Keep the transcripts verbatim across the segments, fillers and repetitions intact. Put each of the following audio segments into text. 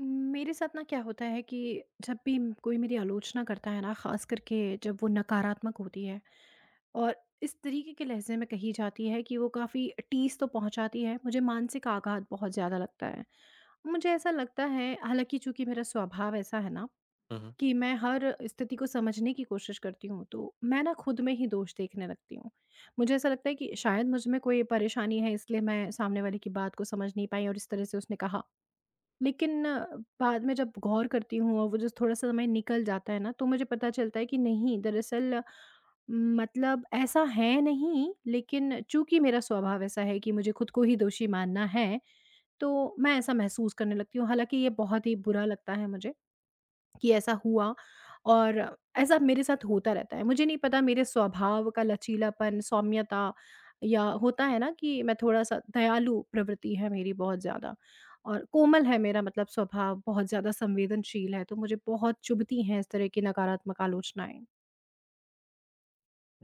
मेरे साथ ना क्या होता है कि जब भी म- कोई मेरी आलोचना करता है ना, खास करके जब वो नकारात्मक होती है और इस तरीके के लहजे में कही जाती है कि वो काफ़ी टीस तो पहुंचाती है। मुझे मानसिक आघात बहुत ज़्यादा लगता है। मुझे ऐसा लगता है, हालांकि चूंकि मेरा स्वभाव ऐसा है ना, हुँ, हुँ। कि मैं हर स्थिति को समझने की कोशिश करती हूँ, तो मैं ना खुद में ही दोष देखने लगती हूँ। मुझे ऐसा लगता है कि शायद मुझ में कोई परेशानी है, इसलिए मैं सामने वाले की बात को समझ नहीं पाई और इस तरह से उसने कहा। लेकिन अ, बाद में जब गौर करती हूँ और वो जो थोड़ा सा समय निकल जाता है ना, तो मुझे पता चलता है कि नहीं, दरअसल अ, मतलब ऐसा है नहीं, लेकिन चूँकि मेरा स्वभाव ऐसा है कि मुझे खुद को ही दोषी मानना है, तो मैं ऐसा महसूस करने लगती हूँ। हालाँकि ये बहुत ही बुरा लगता है मुझे, कि ऐसा हुआ। और ऐसा मेरे साथ होता रहता है। मुझे नहीं पता, मेरे स्वभाव का लचीलापन, सौम्यता या होता है ना कि मैं थोड़ा-सा दयालु प्रवृत्ति है मेरी, बहुत ज़्यादा, और कोमल है मेरा मतलब स्वभाव, बहुत ज़्यादा संवेदनशील है, तो मुझे बहुत चुभती हैं इस तरह की नकारात्मक आलोचनाएँ।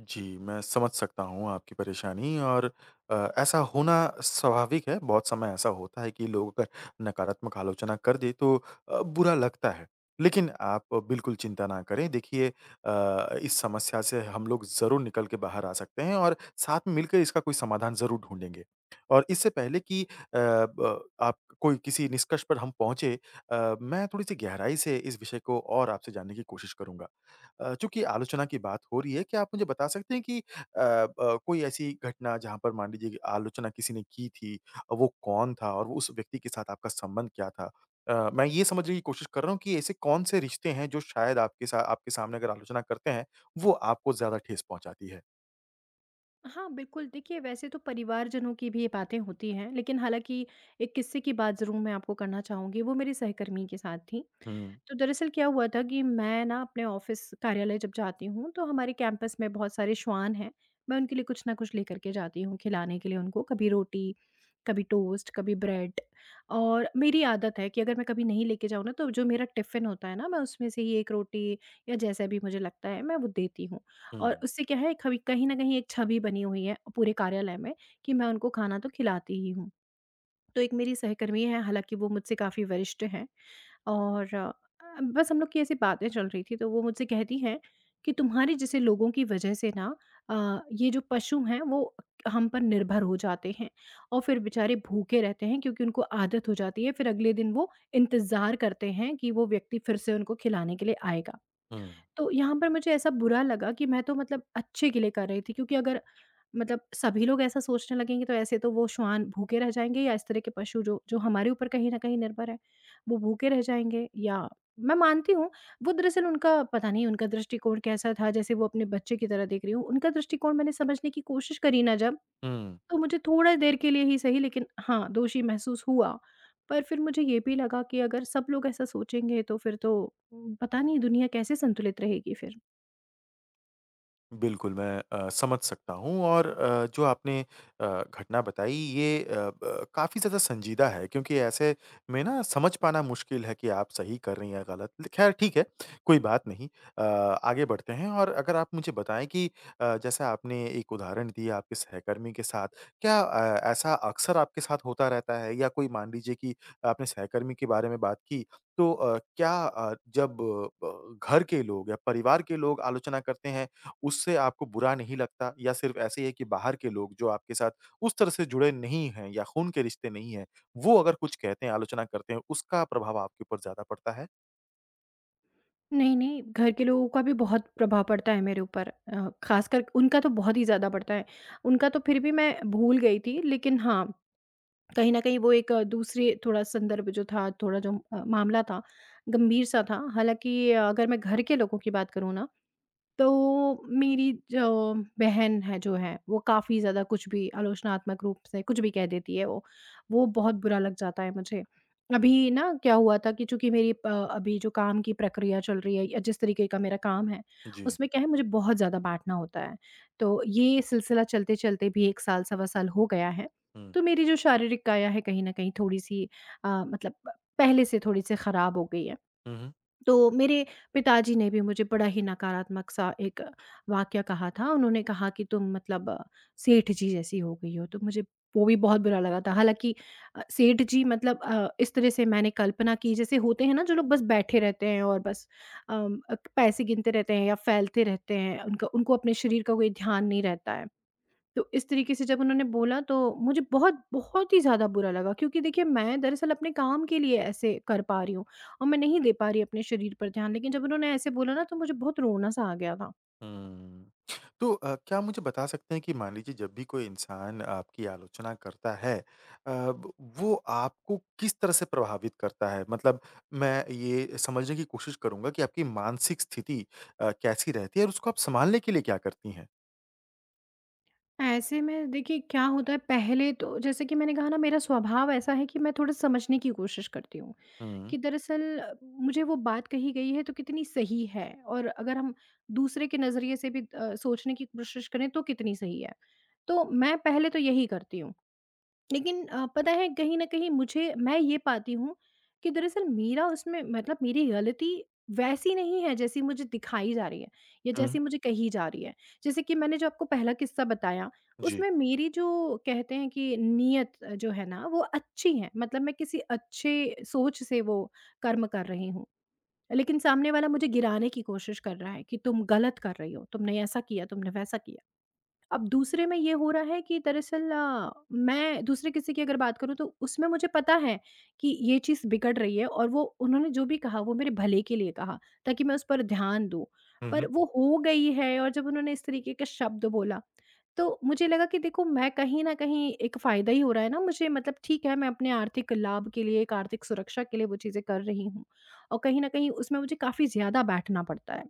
जी, मैं समझ सकता हूँ आपकी परेशानी और अ, ऐसा होना स्वाभाविक है, बहुत समय ऐसा होता है कि लोग अगर नकारात्मक आलोचना कर दें तो अ, बुरा लगता है। लेकिन आप बिल्कुल चिंता ना करें, देखिए अ, इस समस्या से हम लोग ज़रूर निकल के बाहर आ सकते हैं और साथ में मिलकर इसका कोई समाधान ज़रूर ढूँढेंगे। और इससे पहले कि अ, ब आप कोई किसी निष्कर्ष पर हम पहुँचे अ, मैं थोड़ी-सी गहराई से इस विषय को और आपसे जानने की कोशिश करूँगा। अ, चूँकि आलोचना की बात हो रही है, क्या आप मुझे बता सकते हैं कि अ अ, कोई ऐसी घटना जहाँ पर मान लीजिए कि आलोचना किसी ने की थी, वो कौन था और वो उस व्यक्ति के साथ आपका संबंध क्या था? अ, मैं ये समझने की कोशिश कर रहा हूँ कि ऐसे कौन से रिश्ते हैं जो शायद आपके सा आपके सामने अगर आलोचना करते हैं, वो आपको ज़्यादा ठेस पहुँचाती है? हाँ, बिल्कुल, देखिए वैसे तो परिवारजनों की भी ये बातें होती हैं, लेकिन हालाँकि एक किस्से की बात ज़रूर मैं आपको करना चाहूँगी, वो मेरी सहकर्मी के साथ थी। हुँ, तो दरअसल क्या हुआ था कि मैं ना अपने ऑफ़िस कार्यालय जब जाती हूँ, तो हमारे कैंपस में बहुत सारे श्वान हैं, मैं उनके लिए कुछ ना कुछ लेकर के जाती हूँ खिलाने के लिए उनको, कभी रोटी, कभी टोस्ट, कभी ब्रेड। और मेरी आदत है कि अगर मैं कभी नहीं लेके जाऊँ ना, तो जो मेरा टिफ़िन होता है ना, मैं उसमें से ही एक रोटी या जैसा भी मुझे लगता है, मैं वो देती हूँ। हुँ, और उससे क्या है, कभी कहीं न कहीं एक छवि बनी हुई है पूरे कार्यालय में कि मैं उनको खाना तो खिलाती ही हूँ। तो एक मेरी सहकर्मी है, हालाँकि वो मुझसे काफ़ी वरिष्ठ हैं। और अ, बस हम लोग की ऐसी बातें चल रही थी, तो वो मुझसे कहती हैं कि तुम्हारे जैसे लोगों की वजह से ना अ, ये जो पशु हैं वो हम पर निर्भर हो जाते हैं और फिर बेचारे भूखे रहते हैं, क्योंकि उनको आदत हो जाती है। फिर अगले दिन वो इंतज़ार करते हैं कि वो व्यक्ति फिर से उनको खिलाने के लिए आएगा। हुँ, तो यहाँ पर मुझे ऐसा बुरा लगा कि मैं तो मतलब अच्छे के लिए कर रही थी, क्योंकि अगर मतलब सभी लोग ऐसा सोचने लगेंगे, तो ऐसे तो वो श्वान भूखे रह जाएंगे या इस तरह के पशु जो जो हमारे ऊपर कहीं ना कहीं निर्भर है, वो भूखे रह जाएंगे। या मैं मानती हूँ, वो दरअसल उनका पता नहीं, उनका दृष्टिकोण कैसा था, जैसे वो अपने बच्चे की तरह देख रही हूँ, उनका दृष्टिकोण मैंने समझने की कोशिश करी ना जब। हुँ। तो मुझे थोड़ा देर के लिए ही सही, लेकिन हाँ, दोषी महसूस हुआ। पर फिर मुझे ये भी लगा कि अगर सब लोग ऐसा सोचेंगे तो फिर तो उम, पता नहीं दुनिया कैसे संतुलित रहेगी फिर। बिल्कुल, मैं अ, समझ सकता हूँ और अ, जो आपने अ, घटना बताई ये अ, ब काफ़ी ज़्यादा संजीदा है क्योंकि ऐसे में ना समझ पाना मुश्किल है कि आप सही कर रही हैं, गलत। ल ख़ैर ठीक है, कोई बात नहीं। अ, आगे बढ़ते हैं और अगर आप मुझे बताएँ कि अ, जैसा आपने एक उदाहरण दिया आपके सहकर्मी के साथ, क्या अ, ऐसा अक्सर आपके साथ होता रहता है? या कोई मान लीजिए कि आपने सहकर्मी के बारे में बात की, तो अ, क्या अ, जब ब घर के लोग या परिवार के लोग आलोचना करते हैं उससे आपको बुरा नहीं लगता या सिर्फ़ ऐसे ही है कि बाहर के लोग जो आपके साथ उस तरह से जुड़े नहीं हैं या खून के रिश्ते नहीं हैं, वो अगर कुछ कहते हैं, आलोचना करते हैं, उसका प्रभाव आपके ऊपर ज़्यादा पड़ता है? नहीं, नहीं, घर के लोगों का भी बहुत प्रभाव पड़ता है मेरे ऊपर। अ, ख़ासकर उनका तो बहुत ही ज़्यादा पड़ता है। उनका तो फिर भी मैं भूल गई थी, लेकिन हाँ, कहीं न कहीं वो एक अ, दूसरे थोड़ा संदर्भ जो था, थोड़ा जो अ, मामला था, गंभीर-सा था। हालाँकि अगर मैं घर के लोगों की बात करूँ ना, तो मेरी जो बहन है जो है, वो काफ़ी ज़्यादा कुछ भी आलोचनात्मक रूप से कुछ भी कह देती है वो। वो बहुत बुरा लग जाता है मुझे। अभी ना क्या हुआ था कि चूँकि मेरी अ, अभी जो काम की प्रक्रिया चल रही है या जिस तरीके का मेरा काम है, जी। उसमें क्या है, मुझे बहुत ज़्यादा बाँटना होता है। तो ये सिलसिला चलते-चलते भी एक साल, सवा साल हो गया है। हुँ। तो मेरी जो शारीरिक काया है कहीं न कहीं थोड़ी-सी अ, मतलब पहले से थोड़ी-सी ख़राब हो गई है। हुँ, हुँ। तो मेरे पिताजी ने भी मुझे बड़ा ही नकारात्मक सा एक वाक्य कहा था। उन्होंने कहा कि तुम मतलब अ, सेठ जी जैसी हो गई हो, तो मुझे वो भी बहुत बुरा लगा था। हालाँकि अ, सेठ जी मतलब अ, इस तरह से मैंने कल्पना की जैसे होते हैं ना जो लोग बस बैठे रहते हैं और बस अम, अ, पैसे गिनते रहते हैं या फैलते रहते हैं, उनका उनको अपने शरीर का कोई ध्यान नहीं रहता है। तो इस तरीके से जब उन्होंने बोला, तो मुझे बहुत, बहुत ही ज़्यादा बुरा लगा, क्योंकि देखिए मैं दरअसल अपने काम के लिए ऐसे कर पा रही हूँ और मैं नहीं दे पा रही अपने शरीर पर ध्यान। लेकिन जब उन्होंने ऐसे बोला ना, तो मुझे बहुत रोना-सा आ गया था। हुँ। तो अ, क्या आप मुझे बता सकते हैं कि मान लीजिए जब भी कोई इंसान आपकी आलोचना करता है अ, ब वो आपको किस तरह से प्रभावित करता है? मतलब मैं ये समझने की कोशिश करूँगा कि आपकी मानसिक स्थिति अ, कैसी रहती है और उसको आप सँभालने के लिए क्या करती हैं? ऐसे में देखिए क्या होता है, पहले तो जैसे कि मैंने कहा ना, मेरा स्वभाव ऐसा है कि मैं थोड़ा समझने की कोशिश करती हूँ हुँ। कि दरअसल अ, मुझे वो बात कही गई है तो कितनी सही है, और अगर हम दूसरे के नज़रिए से भी अ, सोचने की कोशिश करें तो कितनी सही है। तो मैं पहले तो यही करती हूँ। लेकिन अ, पता है, कहीं न कहीं मुझे मैं ये पाती हूँ कि दरअसल मेरा उसमें मतलब मेरी गलती वैसी नहीं है जैसी मुझे दिखाई जा रही है या हुँ, हुँ। जैसी मुझे कही जा रही है। जैसे कि मैंने जो आपको पहला किस्सा बताया, जी। उसमें मेरी जो कहते हैं कि नीयत अ, जो है ना, वो अच्छी है। मतलब मैं किसी अच्छे सोच से वो कर्म कर रही हूँ। लेकिन सामने वाला मुझे गिराने की कोशिश कर रहा है कि तुम गलत कर रही हो, तुमने ऐसा किया, तुमने वैसा किया। अब दूसरे में ये हो रहा है कि दरअसल अ, मैं दूसरे किसी की अगर बात करूँ, तो उसमें मुझे पता है कि ये चीज़ बिगड़ रही है और वो उन्होंने जो भी कहा वो मेरे भले के लिए कहा, ताकि मैं उस पर ध्यान दूँ। हुँ, पर हुँ। वो हो गई है और जब उन्होंने इस तरीके का शब्द बोला, तो मुझे लगा कि देखो मैं कहीं न कहीं एक फ़ायदा ही हो रहा है ना मुझे, मतलब ठीक है, मैं अपने आर्थिक लाभ के लिए, एक आर्थिक सुरक्षा के लिए वो चीज़ें कर रही हूँ। और कहीं न कहीं उसमें मुझे काफ़ी ज़्यादा बैठना पड़ता है।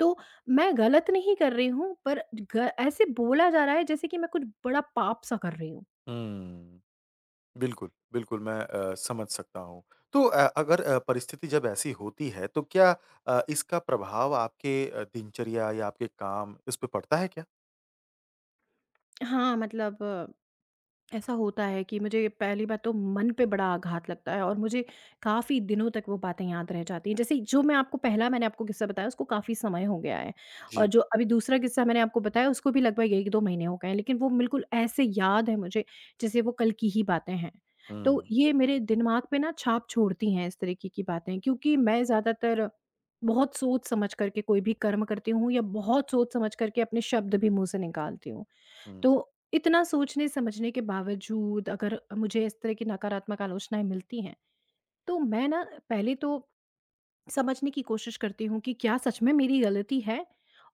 तो मैं गलत नहीं कर रही हूँ, पर ग ऐसे बोला जा रहा है जैसे कि मैं कुछ बड़ा पाप सा कर रही हूँ। हुँ। बिल्कुल, बिल्कुल मैं अ, समझ सकता हूँ। तो अ, अगर अ, परिस्थिति जब ऐसी होती है तो क्या अ, इसका प्रभाव आपके अ, दिनचर्या या आपके काम इस पे पड़ता है क्या? हाँ, मतलब ऐसा होता है कि मुझे पहली बात तो मन पे बड़ा आघात लगता है और मुझे काफ़ी दिनों तक वो बातें याद रह जाती हैं। जैसे जो मैं आपको पहला मैंने आपको किस्सा बताया, उसको काफ़ी समय हो गया है और जी। जो अभी दूसरा किस्सा मैंने आपको बताया, उसको भी लगभग एक दो महीने हो गए हैं, लेकिन वो बिल्कुल ऐसे याद है मुझे जैसे वो कल की ही बातें हैं। तो हुँ, ये मेरे दिमाग पे ना छाप छोड़ती हैं इस तरीके की बातें, क्योंकि मैं ज़्यादातर बहुत सोच समझ करके कोई भी कर्म करती हूँ या बहुत सोच समझ करके अपने शब्द भी मुँह से निकालती हूँ। हुँ, तो इतना सोचने-समझने के बावजूद अगर मुझे इस तरह की नकारात्मक आलोचनाएँ मिलती हैं, तो मैं ना पहले तो समझने की कोशिश करती हूँ कि क्या सच में मेरी गलती है?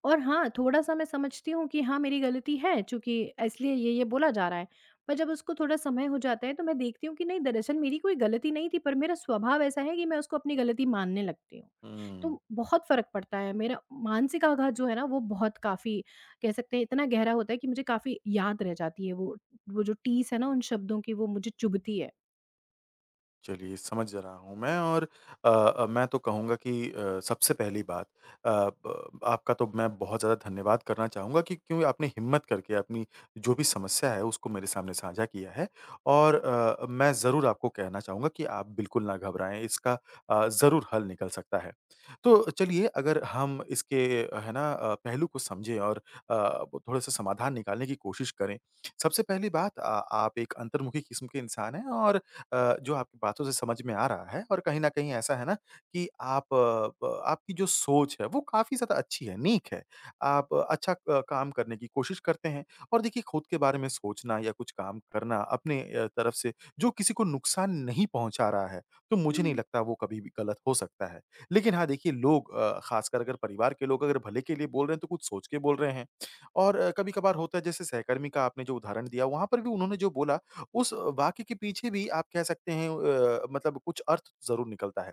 और हाँ, थोड़ा-सा मैं समझती हूँ कि हाँ, मेरी गलती है, चूँकि इसलिए ये-ये बोला जा रहा है। पर जब उसको थोड़ा समय हो जाता है, तो मैं देखती हूँ कि नहीं, दरअसल मेरी कोई गलती नहीं थी, पर मेरा स्वभाव ऐसा है कि मैं उसको अपनी गलती मानने लगती हूँ। हुँ। तो बहुत फ़र्क पड़ता है, मेरा मानसिक आघात जो है ना वो बहुत काफ़ी कह सकते हैं, इतना गहरा होता है कि मुझे काफ़ी याद रह जाती है वो वो जो टीस है ना उन शब्दों की, वो मुझे चुभती है। चलिए, समझ रहा हूँ मैं और अ अ, मैं तो कहूँगा कि अ, सबसे पहली बात अ, ब आपका तो मैं बहुत ज़्यादा धन्यवाद करना चाहूँगा कि क्यों आपने हिम्मत करके अपनी जो भी समस्या है, उसको मेरे सामने साझा किया है और अ, मैं ज़रूर आपको कहना चाहूँगा कि आप बिल्कुल ना घबराएँ, इसका अ, ज़रूर हल निकल सकता है। तो चलिए अगर हम इसके है ना अ, पहलू को समझें और अ, थोड़ा-सा समाधान निकालने की कोशिश करें। सबसे पहली बात अ, आप एक अंतर्मुखी किस्म के इंसान हैं और अ, जो आपकी बातों से समझ में आ रहा है और कहीं न कहीं ऐसा है ना कि आप अ, ब आपकी जो सोच है वो काफ़ी ज़्यादा अच्छी है, नेक है। आप अ, अच्छा अ, काम करने की कोशिश करते हैं और देखिए खुद के बारे में सोचना या कुछ काम करना अपने अ, तरफ से जो किसी को नुकसान नहीं पहुँचा रहा है, तो मुझे नहीं हुँ। लगता वो कभी भी गलत हो सकता है। लेकिन हाँ, देखिए लोग अ, ख़ासकर अगर परिवार के लोग अगर भले के लिए बोल रहे हैं तो कुछ सोच के बोल रहे हैं। और कभी-कभार होता है जैसे सहकर्मी का आपने जो उदाहरण दिया वहाँ पर भी उन्होंने जो बोला उस वाक्य के पीछे भी आप कह सकते हैं अ, मतलब कुछ अर्थ ज़रूर निकलता है।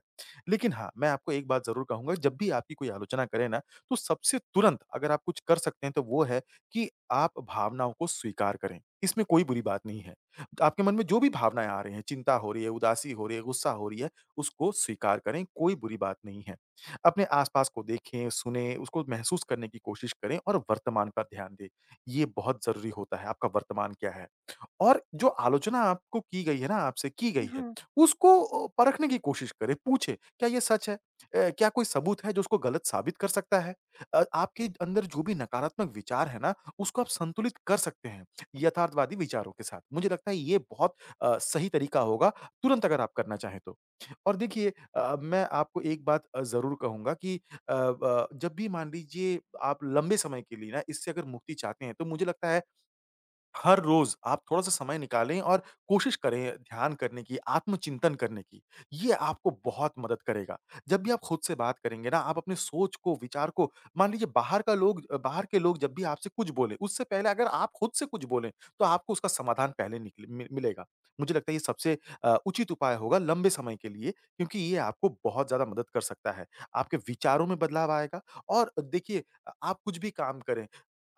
लेकिन हाँ, मैं आपको एक बात ज़रूर कहूँगा जब भी आपकी कोई आलोचना करे ना, तो सबसे तुरंत अगर आप कुछ कर सकते हैं तो वो है कि आप भावनाओं को स्वीकार करें। इसमें कोई बुरी बात नहीं है। आपके मन में जो भी भावनाएँ आ रही हैं, चिंता हो रही है, उदासी हो रही है, गुस्सा हो रही है, उसको स्वीकार करें, कोई बुरी बात नहीं है। अपने आस-पास को देखें, सुनें, उसको महसूस करने की कोशिश करें और वर्तमान पर ध्यान दें। ये बहुत ज़रूरी होता है, आपका वर्तमान क्या है? और जो आलोचना आपको की गई है ना आपसे की गई है, हाँ, उसको अ, परखने की कोशिश करें, पूछें, क्या ये सच है? अ, क्या कोई सबूत है जो उसको गलत साबित कर सकता है? अ, आपके अंदर जो भी नकारात्मक विचार है ना, उसको आप संतुलित कर सकते हैं, यथार्थवादी विचारों के साथ। मुझे लगता है ये बहुत अ, सही तरीका होगा, तुरंत अगर आप करना चाहें तो। और देखिए अ, मैं आपको एक बात अ, ज़रूर कहूँगा कि अ, ब जब भी मान लीजिए आप लंबे समय के लिए ना इससे अगर मुक्ति चाहते हैं, तो मुझे लगता है हर रोज़ आप थोड़ा-सा समय निकालें और कोशिश करें ध्यान करने की, आत्मचिंतन करने की। ये आपको बहुत मदद करेगा। जब भी आप खुद से बात करेंगे ना, आप अपनी सोच को, विचार को मान लीजिए बाहर का लोग अ, बाहर के लोग जब भी आपसे कुछ बोले, उससे पहले अगर आप खुद से कुछ बोलें, तो आपको उसका समाधान पहले निकल मि मिलेगा। मुझे लगता है ये सबसे अ, उचित उपाय होगा लंबे समय के लिए क्योंकि ये आपको बहुत ज़्यादा मदद कर सकता है। आपके विचारों में बदलाव आएगा और देखिए अ, आप कुछ भी काम करें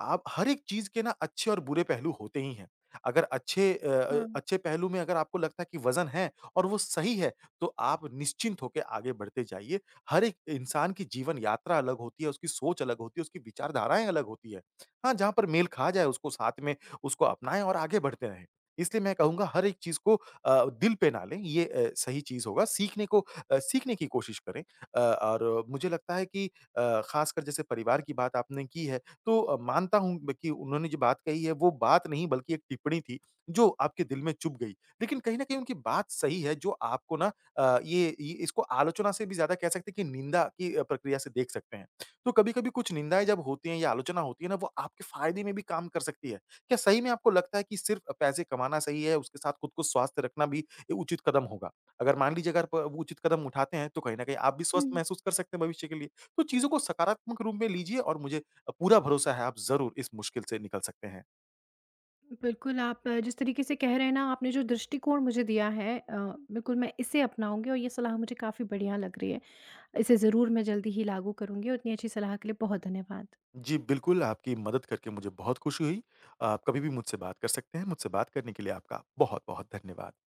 आप हर एक चीज़ के ना अच्छे और बुरे पहलू होते ही हैं। अगर अच्छे अ अ, हाँ। अच्छे पहलू में अगर आपको लगता है कि वज़न है और वो सही है, तो आप निश्चिंत होके आगे बढ़ते जाइए। हर एक इंसान की जीवन यात्रा अलग होती है, उसकी सोच अलग होती है, उसकी विचारधाराएँ अलग होती है। हाँ, जहाँ पर मेल खा जाए उसको साथ में उसको अपनाएँ और आगे बढ़ते रहें। इसलिए मैं कहूँगा हर एक चीज़ को अ, दिल पे ना लें ये अ, सही चीज़ होगा। सीखने को अ, सीखने की कोशिश करें अ, और मुझे लगता है कि अ, ख़ासकर जैसे परिवार की बात आपने की है तो अ, मानता हूँ मैं कि उन्होंने जो बात कही है वो बात नहीं बल्कि एक टिप्पणी थी जो आपके दिल में चुभ गई। लेकिन कहीं न कहीं उनकी बात सही है जो आपको ना अ, ये ये इसको आलोचना से भी ज़्यादा कह सकते हैं कि निंदा की अ, प्रक्रिया से देख सकते हैं। तो कभी-कभी कुछ निंदाएँ जब होती हैं या आलोचना होती है ना वो आपके फ़ायदे में भी काम कर सकती है। क्या सही में आपको लगता है कि सिर्फ़ पैसे कमाना सही है उसके साथ खुद को स्वस्थ रखना भी एक उचित कदम होगा? अगर मान लीजिए अगर प वो उचित कदम उठाते हैं तो कहीं न कहीं आप भी स्वस्थ हम्म। महसूस कर सकते हैं भविष्य के लिए। तो चीज़ों को सकारात्मक रूप में लीजिए और मुझे अ, पूरा भरोसा है आप ज़रूर इस मुश्किल से निकल सकते हैं। बिल्कुल, आप अ, जिस तरीके से कह रहे हैं ना, आपने जो दृष्टिकोण मुझे दिया है, अ, बिल्कुल मैं इसे अपनाऊँगी और ये सलाह मुझे काफ़ी बढ़िया लग रही है। इसे ज़रूर मैं जल्दी ही लागू करूँगी और इतनी अच्छी सलाह के लिए बहुत धन्यवाद। जी, बिल्कुल आपकी मदद करके मुझे बहुत खुशी हुई। आप कभी भी मुझसे बात कर सकते हैं। मुझसे बात करने के लिए आपका बहुत-बहुत धन्यवाद।